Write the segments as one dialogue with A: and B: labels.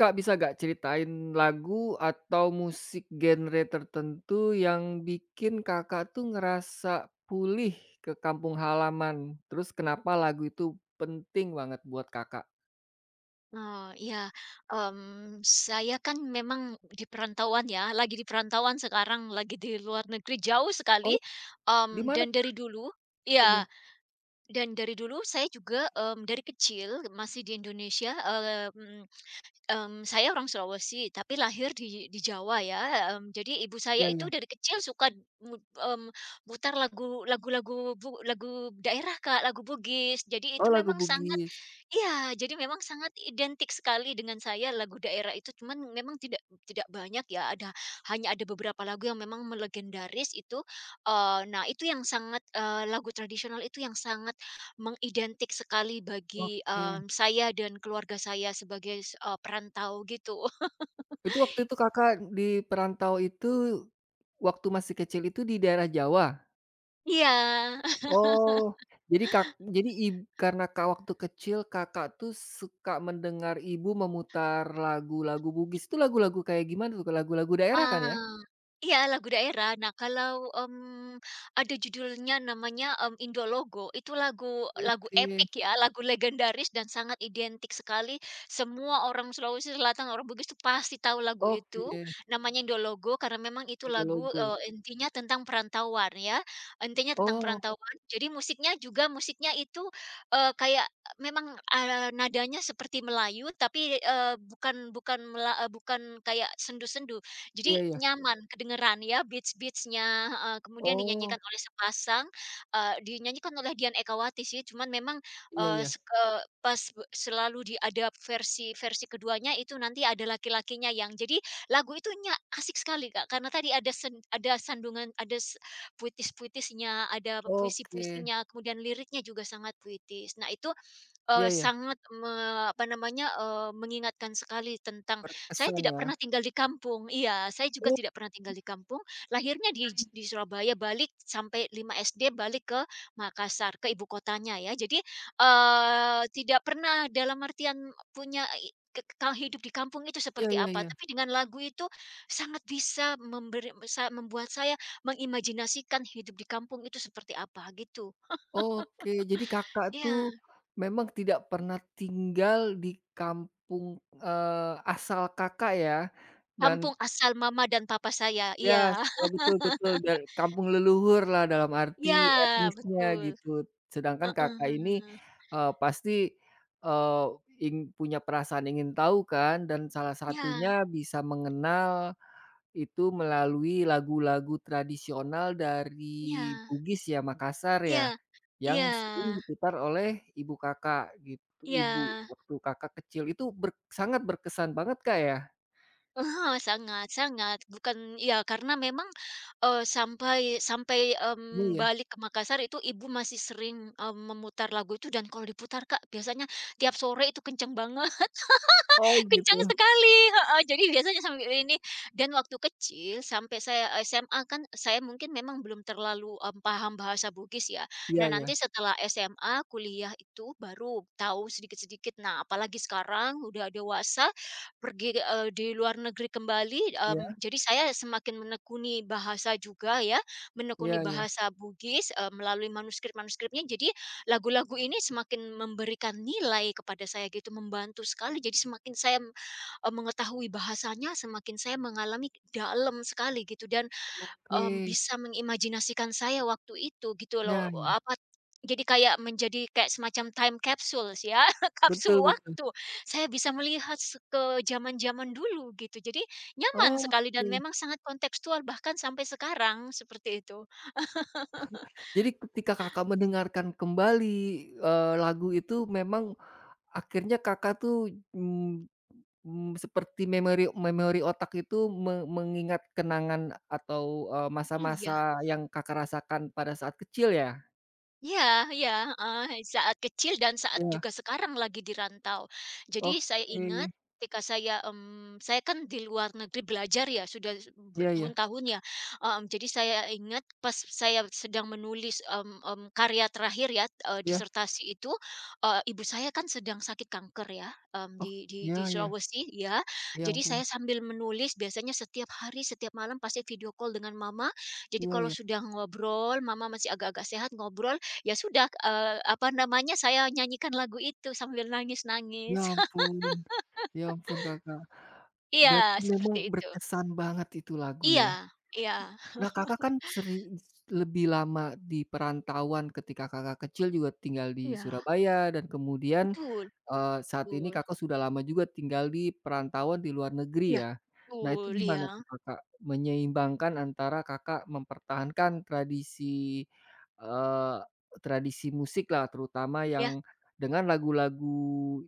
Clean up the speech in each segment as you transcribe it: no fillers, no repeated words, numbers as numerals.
A: Kak, bisa gak ceritain lagu atau musik genre tertentu yang bikin Kakak tuh ngerasa pulih ke kampung halaman? Terus kenapa lagu itu penting banget buat Kakak?
B: Oh, iya, saya kan memang di perantauan ya, lagi di perantauan sekarang, lagi di luar negeri jauh sekali,
A: Oh, di mana?
B: dan dari dulu
A: Iya
B: ya,
A: iya,
B: dan dari dulu saya juga, dari kecil masih di Indonesia. mmm saya orang Sulawesi, tapi lahir di Jawa ya, jadi ibu saya
A: iya iya.
B: itu dari kecil suka mut mmm, mutar lagu-lagu lagu daerah Kak, lagu Bugis. Jadi itu
A: Oh, lagu
B: memang sangat.
A: Bugis.
B: Iya, jadi memang sangat identik sekali dengan saya lagu daerah itu, cuman memang tidak tidak banyak ya, ada hanya ada beberapa lagu yang memang melegendaris itu, nah itu yang sangat lagu tradisional itu yang sangat mengidentik sekali bagi,
A: Oke.
B: saya dan keluarga saya sebagai, perantau gitu.
A: Itu waktu itu Kakak di perantau itu, waktu masih kecil itu di daerah Jawa?
B: Iya.
A: Oh, jadi Kak jadi ibu karena Kak waktu kecil Kakak tuh suka mendengar ibu memutar lagu-lagu Bugis, itu lagu-lagu kayak gimana tuh, lagu-lagu daerah kan ya?
B: Ah, iya lagu daerah. Nah kalau, ada judulnya namanya, Indologo itu lagu lagu
A: Oke
B: epik ya, lagu legendaris dan sangat identik sekali. Semua orang Sulawesi Selatan, orang Bugis itu pasti tahu lagu itu,
A: oke,
B: namanya Indologo karena memang itu
A: udah
B: lagu,
A: logo.
B: intinya tentang perantauan ya, intinya tentang
A: Oh,
B: perantauan. Jadi musiknya juga musiknya itu, kayak memang, nadanya seperti Melayu tapi, eee, bukan bukan mela eee, bukan kayak sendu-sendu. Jadi
A: iya iya.
B: nyaman kedengeran ya beatsnya kemudian dinyanyikan
A: Oh,
B: oleh sepasang, dinyanyikan oleh Dian Ekawati sih, cuman memang,
A: iya
B: eee,
A: iya.
B: seke pas be selalu di ada versi versi keduanya itu nanti ada laki-lakinya yang jadi lagu itu nya asik sekali, Kak, karena tadi ada ada sandungan ada puitis-puitisnya, ada
A: Oke,
B: puisi-puisinya, kemudian liriknya juga sangat puitis. Nah itu.
A: iya
B: Eee,
A: iya,
B: sangat me Apa namanya, mengingatkan sekali tentang saya
A: berkesan
B: tidak
A: ya.
B: pernah tinggal di kampung, iya, saya juga
A: Oh,
B: tidak pernah tinggal di kampung, lahirnya di Surabaya, balik sampai 5 SD, balik ke Makassar, ke ibu kotanya ya. Jadi, tidak pernah dalam artian punya i ke kekal hidup di kampung itu
A: iya
B: seperti
A: iya
B: apa,
A: iya.
B: tapi dengan lagu itu sangat bisa memberi sa membuat saya mengimajinasikan hidup di kampung itu seperti apa, gitu.
A: Oke, jadi Kakak tuh
B: Iya.
A: memang tidak pernah tinggal di kampung, asal Kakak ya, dan
B: Kampung asal mama dan papa saya, iya.
A: ya iya, betul betul, biar kampung leluhur lah dalam
B: Iya,
A: arti etnisnya
B: betul.
A: gitu. Sedangkan
B: Heeh,
A: Kakak ini,
B: heeh.
A: pasti, eee, ing punya perasaan ingin tahu kan dan salah
B: Iya,
A: satunya bisa mengenal itu melalui lagu-lagu tradisional dari
B: iya,
A: Bugis ya, Makassar ya,
B: iya, iya,
A: yang sering diputar oleh ibu Kakak gitu ibu
B: iya.
A: waktu Kakak kecil. Itu ber sangat berkesan banget Kak ya?
B: Heeh, sangat sangat. Bukan ya, karena memang, eee, sampai sampai,
A: Iya ya?
B: balik ke Makassar itu ibu masih sering, memutar lagu itu dan kalau diputar Kak, biasanya tiap sore itu kenceng banget.
A: Oh
B: Kencang
A: gitu.
B: sekali, heeh. Jadi biasanya sambil ini dan waktu kecil sampai saya SMA kan saya mungkin memang belum terlalu, paham bahasa Bugis ya.
A: Iya
B: Nah
A: iya.
B: nanti setelah SMA, kuliah itu baru tahu sedikit-sedikit. Nah apalagi sekarang udah dewasa, pergi, di luar negeri kembali,
A: Iya?
B: jadi saya semakin menekuni bahasa juga ya,
A: Iya
B: menekuni
A: iya.
B: bahasa Bugis, melalui manuskrip-manuskripnya. Jadi lagu-lagu ini semakin memberikan nilai kepada saya gitu, membantu sekali. Jadi semakin saya, mengetahui bahasanya, semakin saya mengalami dalam sekali gitu dan,
A: Oke,
B: bisa mengimajinasikan saya waktu itu gitu
A: ya,
B: loh,
A: iya,
B: apa, jadi kayak menjadi kayak semacam time capsules ya,
A: betul
B: kapsul
A: betul.
B: waktu. Saya bisa melihat ke zaman-zaman dulu gitu. Jadi nyaman sekali dan
A: Oke.
B: memang sangat kontekstual bahkan sampai sekarang, seperti itu.
A: Jadi ketika Kakak mendengarkan kembali, lagu itu memang akhirnya Kakak tuh, mmm seperti memori memori otak itu me mengingat kenangan atau,
B: Iya.
A: masa-masa yang Kakak rasakan pada saat kecil ya?
B: Iya, iya, heeh, saat kecil dan saat
A: Iya,
B: juga sekarang lagi di rantau. Jadi saya ingat
A: oke.
B: ketika saya, saya kan di luar negeri belajar ya, sudah
A: Iya iya
B: bertahun-tahun ya, jadi saya ingat pas saya sedang menulis, karya terakhir ya,
A: iya,
B: disertasi itu, ibu saya kan sedang sakit kanker ya,
A: ok iya
B: di
A: iya,
B: Sulawesi ya.
A: ya
B: Jadi
A: ampun,
B: saya sambil menulis biasanya setiap hari, setiap malam pasti video call dengan mama. Jadi
A: iya
B: kalau
A: iya.
B: sudah ngobrol, mama masih agak-agak sehat, ngobrol. Ya sudah, apa namanya, saya nyanyikan lagu itu sambil nangis-nangis.
A: Ya ampun ya ampun Kakak, berarti
B: Iya,
A: memang
B: seperti itu.
A: berkesan banget itu lagu ya?
B: Iya, iya,
A: Nah, Kakak kan sering lebih lama di perantauan ketika Kakak kecil juga tinggal di
B: iya,
A: Surabaya dan kemudian,
B: betul,
A: saat ini
B: betul.
A: Kakak sudah lama juga tinggal di perantauan di luar negeri
B: Iya,
A: ya. Nah, itu
B: betul,
A: gimana tuh
B: iya.
A: Kakak menyeimbangkan antara Kakak mempertahankan tradisi, eee, tradisi musik lah terutama
B: Iya,
A: yang dengan lagu-lagu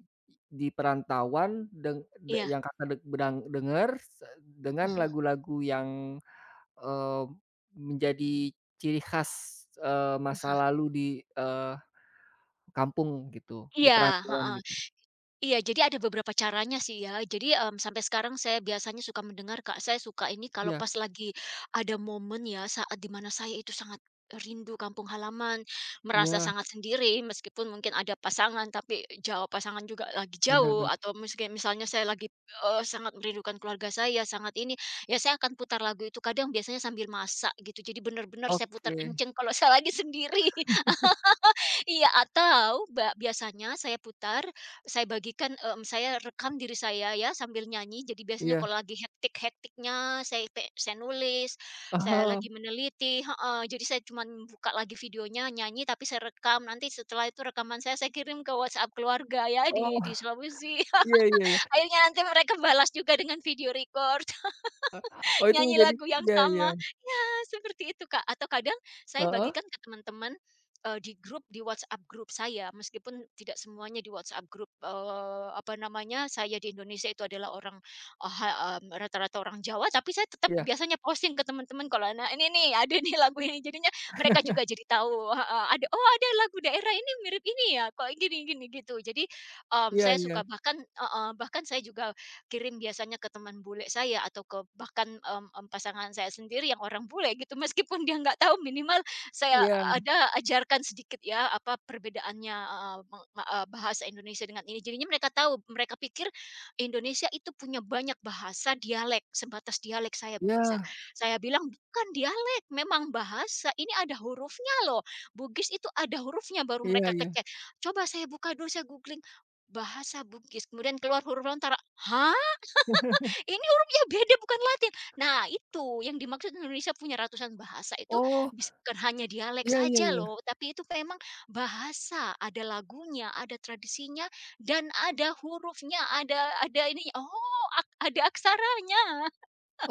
A: di perantauan deng de
B: iya.
A: yang Kakak deg bedang denger se dengan lagu-lagu yang Eee, menjadi ciri khas, masa lalu di, eee, kampung gitu, di
B: Iya,
A: perantauan
B: heeh.
A: gitu.
B: Iya, jadi ada beberapa caranya sih ya. Jadi, sampai sekarang saya biasanya suka mendengar, Kak. Saya suka ini kalau
A: Iya
B: pas lagi ada momen ya, saat di mana saya itu sangat rindu kampung halaman, merasa
A: iya,
B: sangat sendiri meskipun mungkin ada pasangan, tapi jauh pasangan juga lagi jauh
A: benar-benar.
B: atau mungkin misalnya saya lagi, sangat merindukan keluarga saya, sangat ini, ya saya akan putar lagu itu, kadang biasanya sambil masak gitu. Jadi benar-benar saya putar
A: Oke,
B: kenceng kalau saya lagi sendiri. Iya, atau biasanya saya putar, saya bagikan, saya rekam diri saya ya sambil nyanyi. Jadi biasanya
A: iya.
B: kalau lagi hektik-hektiknya saya nulis, saya lagi meneliti heeh, jadi saya cuma buka lagi videonya, nyanyi tapi saya rekam. Nanti setelah itu rekaman saya kirim ke WhatsApp keluarga ya
A: Oh
B: di
A: oh,
B: Sulawesi.
A: iya iya iya.
B: Akhirnya nanti mereka balas juga dengan video record.
A: Oh itu
B: Nyanyi
A: menjadi
B: lagu yang
A: iya iya,
B: sama. Ya, seperti itu, Kak. Atau kadang saya
A: heeh,
B: bagikan ke teman-teman, di grup, di WhatsApp grup saya, meskipun tidak semuanya di WhatsApp grup, apa namanya, saya di Indonesia itu adalah orang, rata-rata orang Jawa, tapi saya tetap
A: iya,
B: biasanya posting ke teman-teman kalau, "Nah, ini nih, ada nih lagu ini." Jadinya mereka juga jadi tahu heeh, ada, "Oh, ada lagu daerah ini mirip ini ya, kok gini gini." Gitu. Jadi,
A: iya
B: saya
A: iya,
B: suka bahkan heeh, bahkan saya juga kirim biasanya ke teman bule saya atau ke bahkan, pasangan saya sendiri yang orang bule gitu, meskipun dia nggak tahu minimal saya
A: iya,
B: ada ajarkan sedikit ya, apa perbedaannya, heeh, bahasa Indonesia dengan ini. Jadinya mereka tahu, mereka pikir Indonesia itu punya banyak bahasa dialek, sebatas dialek
A: iya,
B: saya bilang, "Bukan dialek, memang bahasa, ini ada hurufnya loh, Bugis itu ada hurufnya." Baru
A: iya
B: mereka
A: iya.
B: kecek. Coba saya buka dulu, saya googling, bahasa Bugis, kemudian keluar huruf lontar, "Hah?" Ini hurufnya beda bukan Latin. Nah itu yang dimaksud Indonesia punya ratusan bahasa itu
A: Oh,
B: bukan hanya dialek
A: iya iya
B: saja
A: iya.
B: loh, tapi itu memang bahasa, ada lagunya, ada tradisinya, dan ada hurufnya, ada ini oh ak ada aksaranya.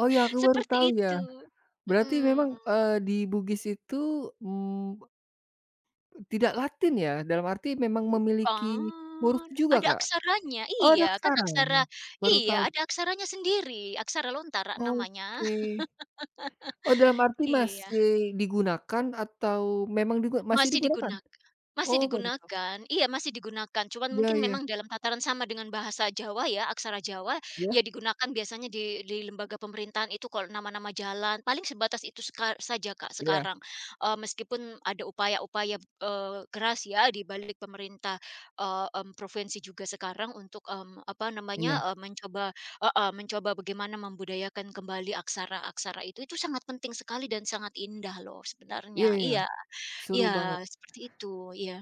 A: Oh ya, aku baru tahu
B: Seperti
A: ya.
B: itu.
A: Berarti
B: Mhm,
A: memang, di Bugis itu, mmm, tidak Latin ya? Dalam arti memang memiliki huruf
B: kan,
A: juga,
B: ada
A: Kak?
B: aksaranya,
A: Oh,
B: iya kan
A: Laksaranya?
B: aksara
A: Baru
B: iya
A: tahu.
B: ada aksaranya sendiri, aksara lontara namanya.
A: Oke. Oh, dalam arti
B: Iya.
A: masih digunakan atau memang digu masih
B: Masih
A: digunakan?
B: digunak Masih
A: Oh, baru tahu.
B: digunakan, iya masih digunakan, cuman
A: Iya
B: mungkin
A: iya.
B: memang dalam tataran sama dengan bahasa Jawa ya, aksara Jawa,
A: Iya?
B: ya digunakan biasanya di lembaga pemerintahan itu kalau nama-nama jalan, paling sebatas itu saja Kak
A: Iya
B: sekarang. Meskipun ada upaya-upaya, keras ya di balik pemerintah, provinsi juga sekarang untuk, apa
A: iya.
B: namanya, mencoba heeh, mencoba bagaimana membudayakan kembali aksara-aksara itu sangat penting sekali dan sangat indah loh
A: Iya
B: sebenarnya,
A: iya.
B: iya.
A: Seru
B: Iya,
A: banget.
B: seperti itu, iya.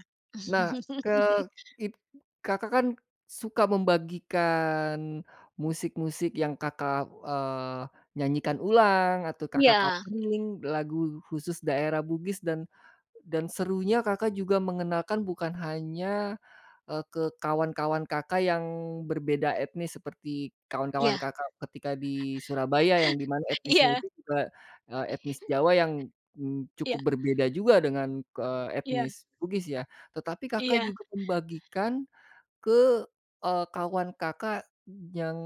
A: Nah, ke it Kakak kan suka membagikan musik-musik yang Kakak, nyanyikan ulang atau Kakak
B: Iya,
A: covering lagu khusus daerah Bugis dan serunya Kakak juga mengenalkan bukan hanya, ke kawan-kawan Kakak yang berbeda etnis seperti kawan-kawan
B: iya,
A: Kakak ketika di Surabaya yang dimana etnisnya
B: iya,
A: itu juga, etnis Jawa yang,
B: iya,
A: cukup berbeda juga dengan, etnis Bugis ya. Tetapi Kakak
B: iya, iya,
A: juga membagikan ke, kawan Kakak yang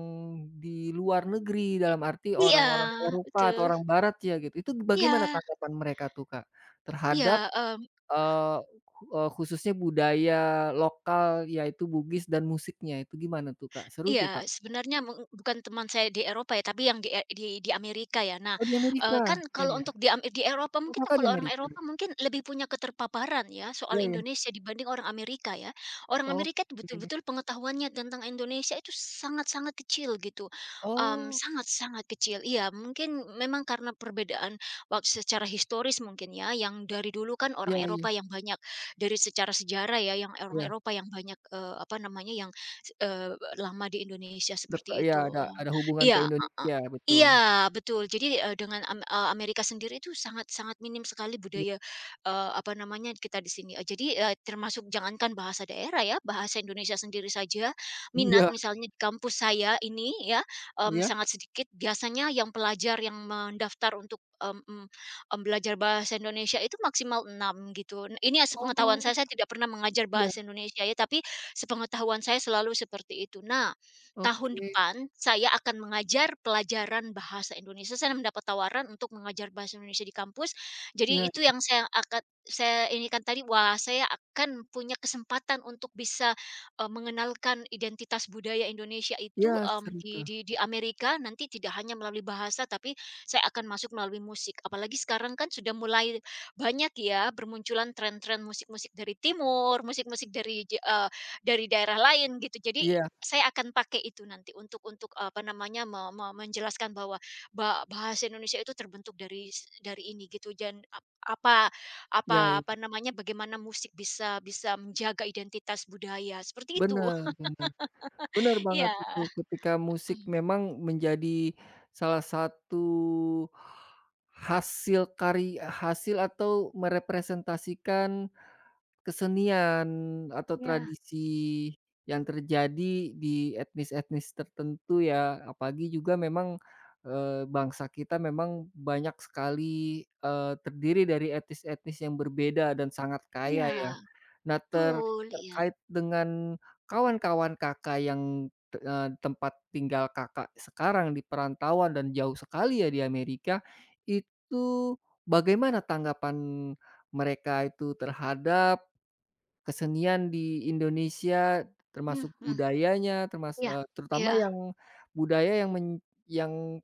A: di luar negeri, dalam arti
B: iya,
A: orang-orang Eropa atau
B: betul.
A: orang barat ya gitu. Itu bagaimana
B: Iya,
A: tanggapan mereka tuh, Kak, terhadap
B: iya, mmm
A: Eee, eee, khususnya budaya lokal yaitu Bugis dan musiknya itu gimana tuh, Kak? Seru tuh, Kak?
B: iya, sebenarnya meng bukan teman saya di Eropa ya, tapi yang di e di di Amerika ya. Nah,
A: Oh, di Amerika?
B: kan
A: Iya
B: kalau
A: iya.
B: untuk di Eropa
A: Oh,
B: mungkin
A: Kakak di
B: kalau orang
A: Amerika?
B: Eropa mungkin lebih punya keterpaparan ya soal
A: Iya iya.
B: Indonesia dibanding orang Amerika ya. Orang Amerika itu
A: Oke.
B: betul-betul pengetahuannya tentang Indonesia itu sangat-sangat kecil gitu,
A: Oh,
B: sangat-sangat kecil. Iya, mungkin memang karena perbedaan waktu secara historis mungkin ya, yang dari dulu kan
A: iya
B: orang
A: iya
B: Eropa yang banyak dari secara sejarah ya, yang orang
A: iya.
B: Eropa yang banyak, apa namanya, yang eee, lama di Indonesia
A: Deka
B: seperti
A: iya,
B: itu, oh,
A: ada hubungan ke
B: iya, heeh.
A: Indonesia, betul.
B: Iya, betul. Jadi, eee, dengan am eee, Amerika sendiri itu sangat sangat minim sekali
A: I
B: budaya, apa namanya, kita di sini. Jadi, termasuk jangankan bahasa daerah ya, bahasa Indonesia sendiri saja,
A: iya
B: minat misalnya di kampus saya ini ya,
A: iya?
B: sangat sedikit. Biasanya yang pelajar yang mendaftar untuk, belajar bahasa Indonesia itu maksimal 6 gitu. Nah, ini ya sepengetahuan
A: Oh,
B: saya tidak pernah mengajar
A: iya.
B: bahasa Indonesia ya, tapi sepengetahuan saya selalu seperti itu. Nah, tahun
A: Oke.
B: depan saya akan mengajar pelajaran bahasa Indonesia. Saya mendapat tawaran untuk mengajar bahasa Indonesia di kampus. Jadi
A: Iya
B: itu yang saya akan saya ini kan tadi wah saya akan punya kesempatan untuk bisa eh, mengenalkan identitas budaya Indonesia
A: iya,
B: itu em,
A: seru
B: di,
A: tuh.
B: di di Amerika nanti tidak hanya melalui bahasa tapi saya akan masuk melalui musik. Apalagi sekarang kan sudah mulai banyak ya bermunculan tren-tren musik-musik dari timur, musik-musik dari daerah lain gitu. Jadi
A: Iya
B: saya akan pakai itu nanti untuk, apa namanya, me me menjelaskan bahwa bahasa Indonesia itu terbentuk dari ini gitu dan ap apa
A: iya
B: apa apa
A: iya.
B: namanya, bagaimana musik bisa bisa menjaga identitas budaya, seperti itu.
A: Bener bener. Benar banget
B: Iya.
A: itu, ketika musik
B: Mhm.
A: memang menjadi salah satu hasil kari hasil atau merepresentasikan kesenian atau
B: Iya,
A: tradisi yang terjadi di etnis-etnis tertentu ya, apalagi juga memang, bangsa kita memang banyak sekali, terdiri dari etnis-etnis yang berbeda dan sangat kaya ya.
B: iya,
A: Nah, ter
B: betul, iya.
A: terkait dengan kawan-kawan Kakak yang, tempat tinggal Kakak sekarang di perantauan dan jauh sekali ya di Amerika, itu bagaimana tanggapan mereka itu terhadap kesenian di Indonesia,
B: Mhm,
A: termasuk
B: mhm.
A: budayanya, termas
B: Iya,
A: eh, terutama
B: iya.
A: yang budaya yang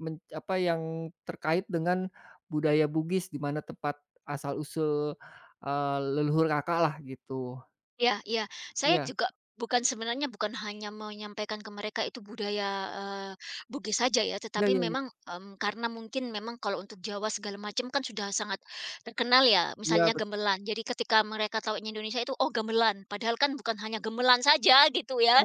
A: men apa, yang terkait dengan budaya Bugis di mana tempat asal usul, leluhur Kakak lah gitu?
B: Iya, iya. Saya
A: Iya,
B: juga bukan sebenarnya bukan hanya menyampaikan ke mereka itu budaya, eee, Bugis saja ya,
A: iya
B: tetapi
A: iya iya,
B: memang, karena mungkin memang kalau untuk Jawa segala macam kan sudah sangat terkenal ya,
A: iya
B: misalnya
A: betul.
B: gamelan. Jadi ketika mereka tahu ini Indonesia itu, "Oh gamelan," padahal kan bukan hanya gamelan saja gitu ya.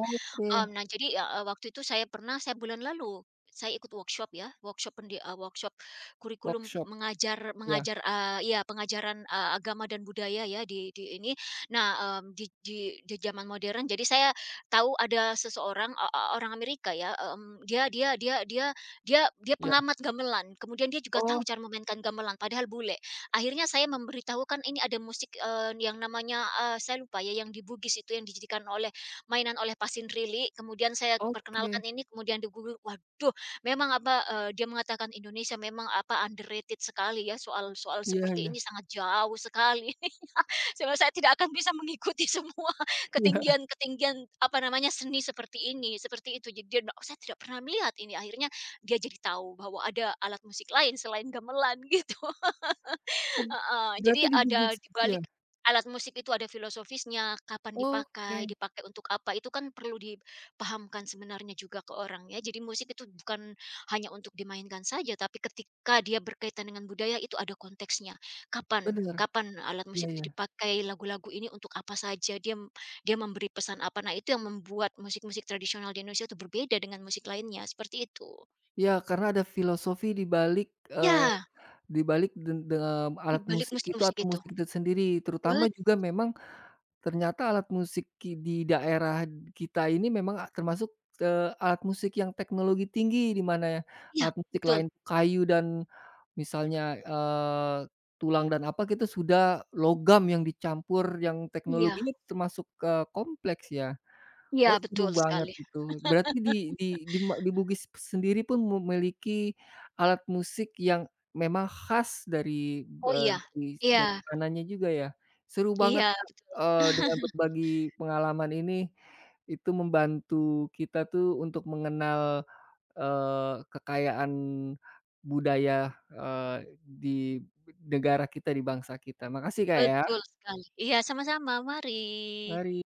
B: Nah jadi, ya, waktu itu saya pernah saya bulan lalu, saya ikut workshop ya, workshop kurikulum
A: workshop,
B: mengajar
A: iya
B: mengajar, iya pengajaran, agama dan budaya ya di ini. Nah, di zaman modern jadi saya tahu ada seseorang, o o orang Amerika ya, mmm, dia dia dia dia dia dia
A: iya.
B: pengamat gamelan, kemudian dia juga tahu
A: Oh,
B: cara memainkan gamelan padahal bule. Akhirnya saya memberitahukan ini ada musik, yang namanya, saya lupa ya yang di Bugis itu yang dijadikan oleh mainan oleh Pasindrili, kemudian saya
A: oke,
B: perkenalkan ini, kemudian di Google, waduh memang apa, dia mengatakan Indonesia memang apa, underrated sekali ya, soal-soal
A: iya
B: seperti
A: iya
B: ini sangat jauh sekali. Sebenarnya saya tidak akan bisa mengikuti semua
A: iya.
B: ketinggian-ketinggian, apa namanya, seni seperti ini, seperti itu. Jadi dia, oh saya tidak pernah melihat ini, akhirnya dia jadi tahu bahwa ada alat musik lain selain gamelan gitu.
A: Oh,
B: Heeh, jadi
A: berarti digigit,
B: ada di
A: iya,
B: balik alat musik itu ada filosofisnya, kapan dipakai,
A: oke,
B: dipakai untuk apa, itu kan perlu dipahamkan sebenarnya juga ke orang ya. Jadi musik itu bukan hanya untuk dimainkan saja, tapi ketika dia berkaitan dengan budaya itu ada konteksnya. Kapan
A: bener,
B: Kapan alat
A: iya
B: musik itu
A: iya.
B: dipakai, lagu-lagu ini untuk apa saja, dia dia memberi pesan apa. Nah, itu yang membuat musik-musik tradisional di Indonesia itu berbeda dengan musik lainnya, seperti itu.
A: Iya, karena ada filosofi di balik, eee,
B: Ya,
A: di balik den dengan
B: di
A: alat
B: balik
A: musik itu
B: musik-musik
A: atau
B: itu.
A: musik itu sendiri, terutama
B: Bet
A: juga memang ternyata alat musik ki di daerah kita ini memang a termasuk, alat musik yang teknologi tinggi, di mana ya.
B: iya,
A: Alat musik
B: betul.
A: lain kayu dan misalnya, tulang dan apa, kita sudah logam yang dicampur yang
B: Iya.
A: teknologinya termasuk, kompleks ya.
B: Iya,
A: Oh, seru
B: betul
A: banget
B: sekali.
A: itu. Berarti di di ma di Bugis sendiri pun memiliki alat musik yang memang khas dari,
B: Oh, iya.
A: dari
B: Iya,
A: sananya juga ya? Seru banget,
B: iya,
A: Kak,
B: betul.
A: dengan berbagi pengalaman ini, itu membantu kita tuh untuk mengenal, kekayaan budaya, di negara kita, di bangsa kita. Makasih, Kak, ya.
B: Betul sekali. Iya, sama-sama, mari.
A: Mari.